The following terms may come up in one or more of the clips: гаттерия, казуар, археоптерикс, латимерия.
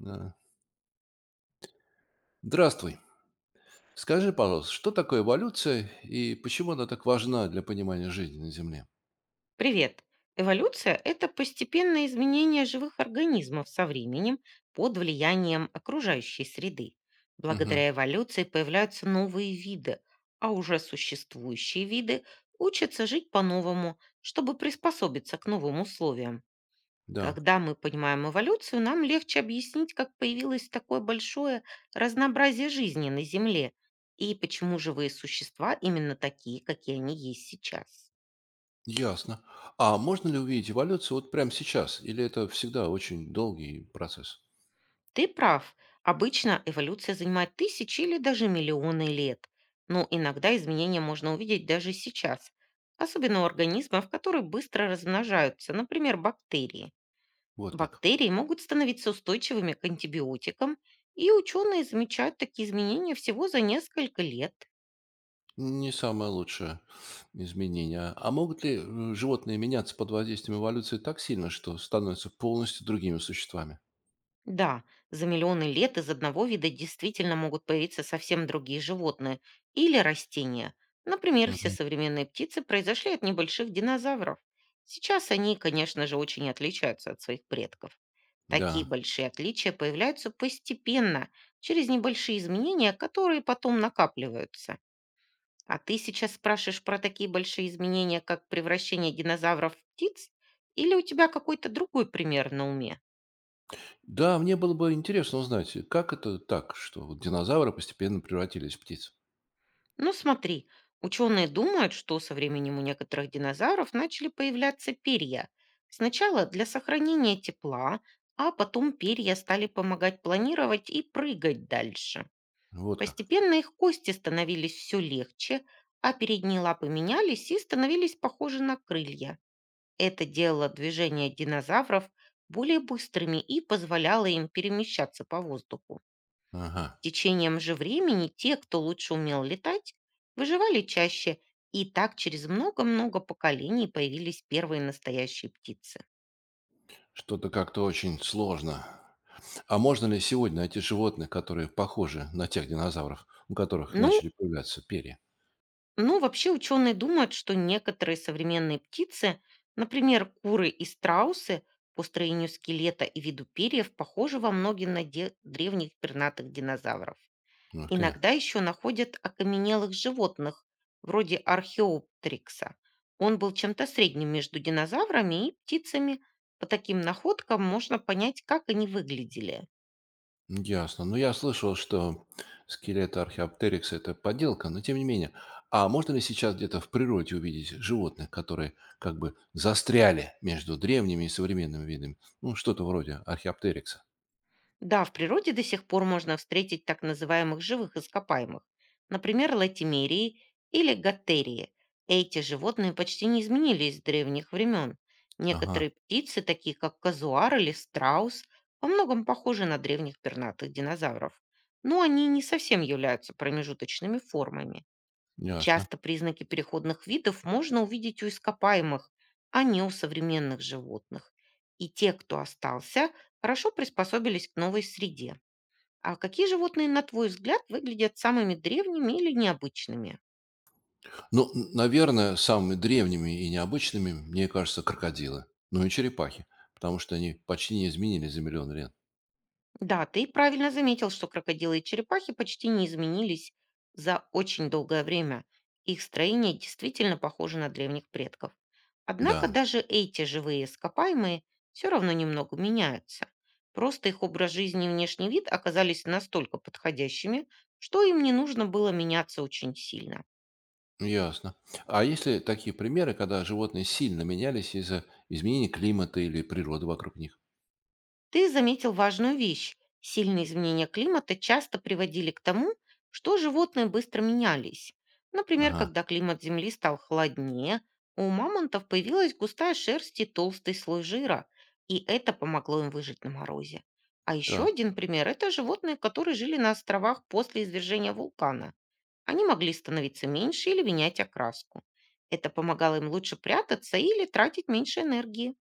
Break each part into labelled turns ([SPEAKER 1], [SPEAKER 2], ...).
[SPEAKER 1] Да. Здравствуй. Скажи, пожалуйста, что такое эволюция и почему она так важна для понимания жизни на Земле?
[SPEAKER 2] Привет! Эволюция– это постепенное изменение живых организмов со временем под влиянием окружающей среды.
[SPEAKER 1] Мгм.
[SPEAKER 2] Благодаря эволюции появляются новые виды, а уже существующие виды учатся жить по-новому, чтобы приспособиться к новым условиям.
[SPEAKER 1] Да,
[SPEAKER 2] Когда мы понимаем эволюцию, нам легче объяснить, как появилось такое большое разнообразие жизни на Земле и почему живые существа именно такие, какие они есть сейчас.
[SPEAKER 1] ясно. А можно ли увидеть эволюцию вот прямо сейчас? Или это всегда очень долгий процесс?
[SPEAKER 2] Ты прав. Обычно эволюция занимает тысячи или даже миллионы лет. Но иногда изменения можно увидеть даже сейчас. Особенно у организмов, которые быстро размножаются, например, бактерии.
[SPEAKER 1] Вот как.
[SPEAKER 2] Бактерии могут становиться устойчивыми к антибиотикам, и ученые замечают такие изменения всего за несколько лет.
[SPEAKER 1] Не самое лучшее изменение. А могут ли животные меняться под воздействием эволюции так сильно, что становятся полностью другими существами?
[SPEAKER 2] Да, за миллионы лет из одного вида действительно могут появиться совсем другие животные или растения. Например, все
[SPEAKER 1] Мгм.
[SPEAKER 2] современные птицы произошли от небольших динозавров. Сейчас они, конечно же, очень отличаются от своих предков. Такие
[SPEAKER 1] Да.
[SPEAKER 2] большие отличия появляются постепенно, через небольшие изменения, которые потом накапливаются. А ты сейчас спрашиваешь про такие большие изменения, как превращение динозавров в птиц? Или у тебя какой-то другой пример на уме?
[SPEAKER 1] Да, мне было бы интересно узнать, как это так, что вот динозавры постепенно превратились в птиц.
[SPEAKER 2] Ну смотри, ученые думают, что со временем у некоторых динозавров начали появляться перья. Сначала для сохранения тепла, а потом перья стали помогать планировать и прыгать дальше.
[SPEAKER 1] Вот как.
[SPEAKER 2] Постепенно их кости становились все легче, а передние лапы менялись и становились похожи на крылья. Это делало движения динозавров более быстрыми и позволяло им перемещаться по воздуху
[SPEAKER 1] Ага.
[SPEAKER 2] течением же времени те, кто лучше умел летать, выживали чаще, и так через много-много поколений появились первые настоящие птицы.
[SPEAKER 1] Что-то как-то очень сложно. А можно ли сегодня найти животных, которые похожи на тех динозавров, у которых
[SPEAKER 2] Ну,
[SPEAKER 1] начали появляться перья?
[SPEAKER 2] ну, вообще ученые думают, что некоторые современные птицы, например, куры и страусы, по строению скелета и виду перьев похожи во многим на древних пернатых динозавров.
[SPEAKER 1] Ух ты.
[SPEAKER 2] Иногда еще находят окаменелых животных, вроде археоптрикса. Он был чем-то средним между динозаврами и птицами. По таким находкам можно понять, как они выглядели.
[SPEAKER 1] Ясно. Ну, я слышал, что скелет археоптерикса — это подделка, но тем не менее. А можно ли сейчас где-то в природе увидеть животных, которые как бы застряли между древними и современными видами? Ну, что-то вроде археоптерикса.
[SPEAKER 2] Да, в природе до сих пор можно встретить так называемых живых ископаемых, например, латимерии или гаттерии. Эти животные почти не изменились с древних времен.
[SPEAKER 1] Ага,
[SPEAKER 2] Некоторые птицы, такие как казуар или страус, во многом похожи на древних пернатых динозавров, но они не совсем являются промежуточными формами.
[SPEAKER 1] ясно.
[SPEAKER 2] Часто признаки переходных видов можно увидеть у ископаемых, а не у современных животных. И те, кто остался, хорошо приспособились к новой среде. А какие животные, на твой взгляд, выглядят самыми древними или необычными?
[SPEAKER 1] Ну, наверное, самыми древними и необычными, мне кажется, крокодилы. Ну и черепахи, потому что они почти не изменились за миллион лет.
[SPEAKER 2] Да, ты правильно заметил, что крокодилы и черепахи почти не изменились за очень долгое время. Их строение действительно похоже на древних предков. Однако
[SPEAKER 1] Да,
[SPEAKER 2] даже эти живые ископаемые все равно немного меняются. Просто их образ жизни и внешний вид оказались настолько подходящими, что им не нужно было меняться очень сильно.
[SPEAKER 1] ясно. А есть ли такие примеры, когда животные сильно менялись из-за изменения климата или природы вокруг них?
[SPEAKER 2] Ты заметил важную вещь. Сильные изменения климата часто приводили к тому, что животные быстро менялись. Например,
[SPEAKER 1] Ага,
[SPEAKER 2] когда климат Земли стал холоднее, у мамонтов появилась густая шерсть и толстый слой жира, и это помогло им выжить на морозе. А еще
[SPEAKER 1] так,
[SPEAKER 2] один пример– это животные, которые жили на островах после извержения вулкана. Они могли становиться меньше или менять окраску. Это помогало им лучше прятаться или тратить меньше энергии.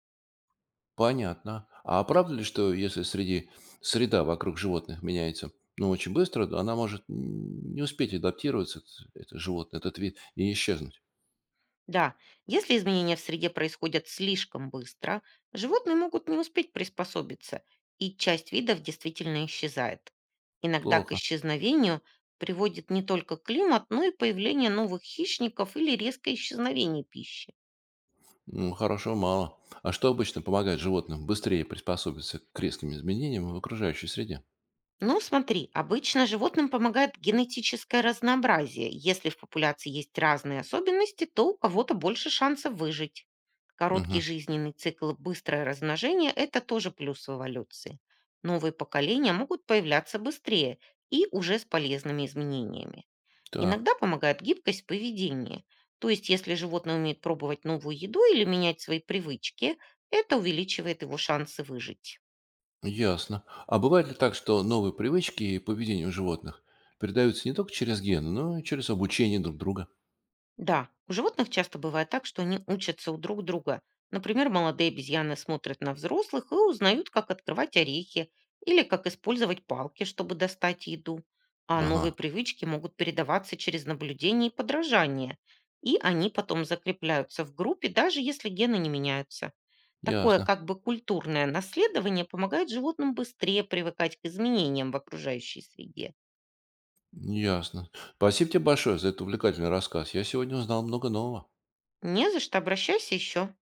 [SPEAKER 1] понятно. А правда ли, что если среди среда вокруг животных меняется, ну, очень быстро, то она может не успеть адаптироваться, это животное, этот вид, и исчезнуть?
[SPEAKER 2] Да, если изменения в среде происходят слишком быстро, животные могут не успеть приспособиться, и часть видов действительно исчезает. Иногда к
[SPEAKER 1] Плохо.
[SPEAKER 2] исчезновению приводит не только климат, но и появление новых хищников или резкое исчезновение пищи.
[SPEAKER 1] Ну, хорошего мало. А что обычно помогает животным быстрее приспособиться к резким изменениям в окружающей среде?
[SPEAKER 2] Ну, смотри, обычно животным помогает генетическое разнообразие. Если в популяции есть разные особенности, то у кого-то больше шансов выжить. Короткий
[SPEAKER 1] Угу.
[SPEAKER 2] жизненный цикл и быстрое размножение– это тоже плюс в эволюции. Новые поколения могут появляться быстрее и уже с полезными изменениями.
[SPEAKER 1] Так,
[SPEAKER 2] Иногда помогает гибкость в поведении. То есть, если животное умеет пробовать новую еду или менять свои привычки, это увеличивает его шансы выжить.
[SPEAKER 1] ясно. А бывает ли так, что новые привычки и поведение у животных передаются не только через гены, но и через обучение друг друга?
[SPEAKER 2] Да, у животных часто бывает так, что они учатся у друг друга. Например, молодые обезьяны смотрят на взрослых и узнают, как открывать орехи или как использовать палки, чтобы достать еду. А новые
[SPEAKER 1] Ага,
[SPEAKER 2] привычки могут передаваться через наблюдение и подражание. И они потом закрепляются в группе, даже если гены не меняются. Такое
[SPEAKER 1] ясно,
[SPEAKER 2] как бы культурное наследование помогает животным быстрее привыкать к изменениям в окружающей среде.
[SPEAKER 1] ясно. Спасибо тебе большое за этот увлекательный рассказ. Я сегодня узнал много нового.
[SPEAKER 2] Не за что, обращайся еще.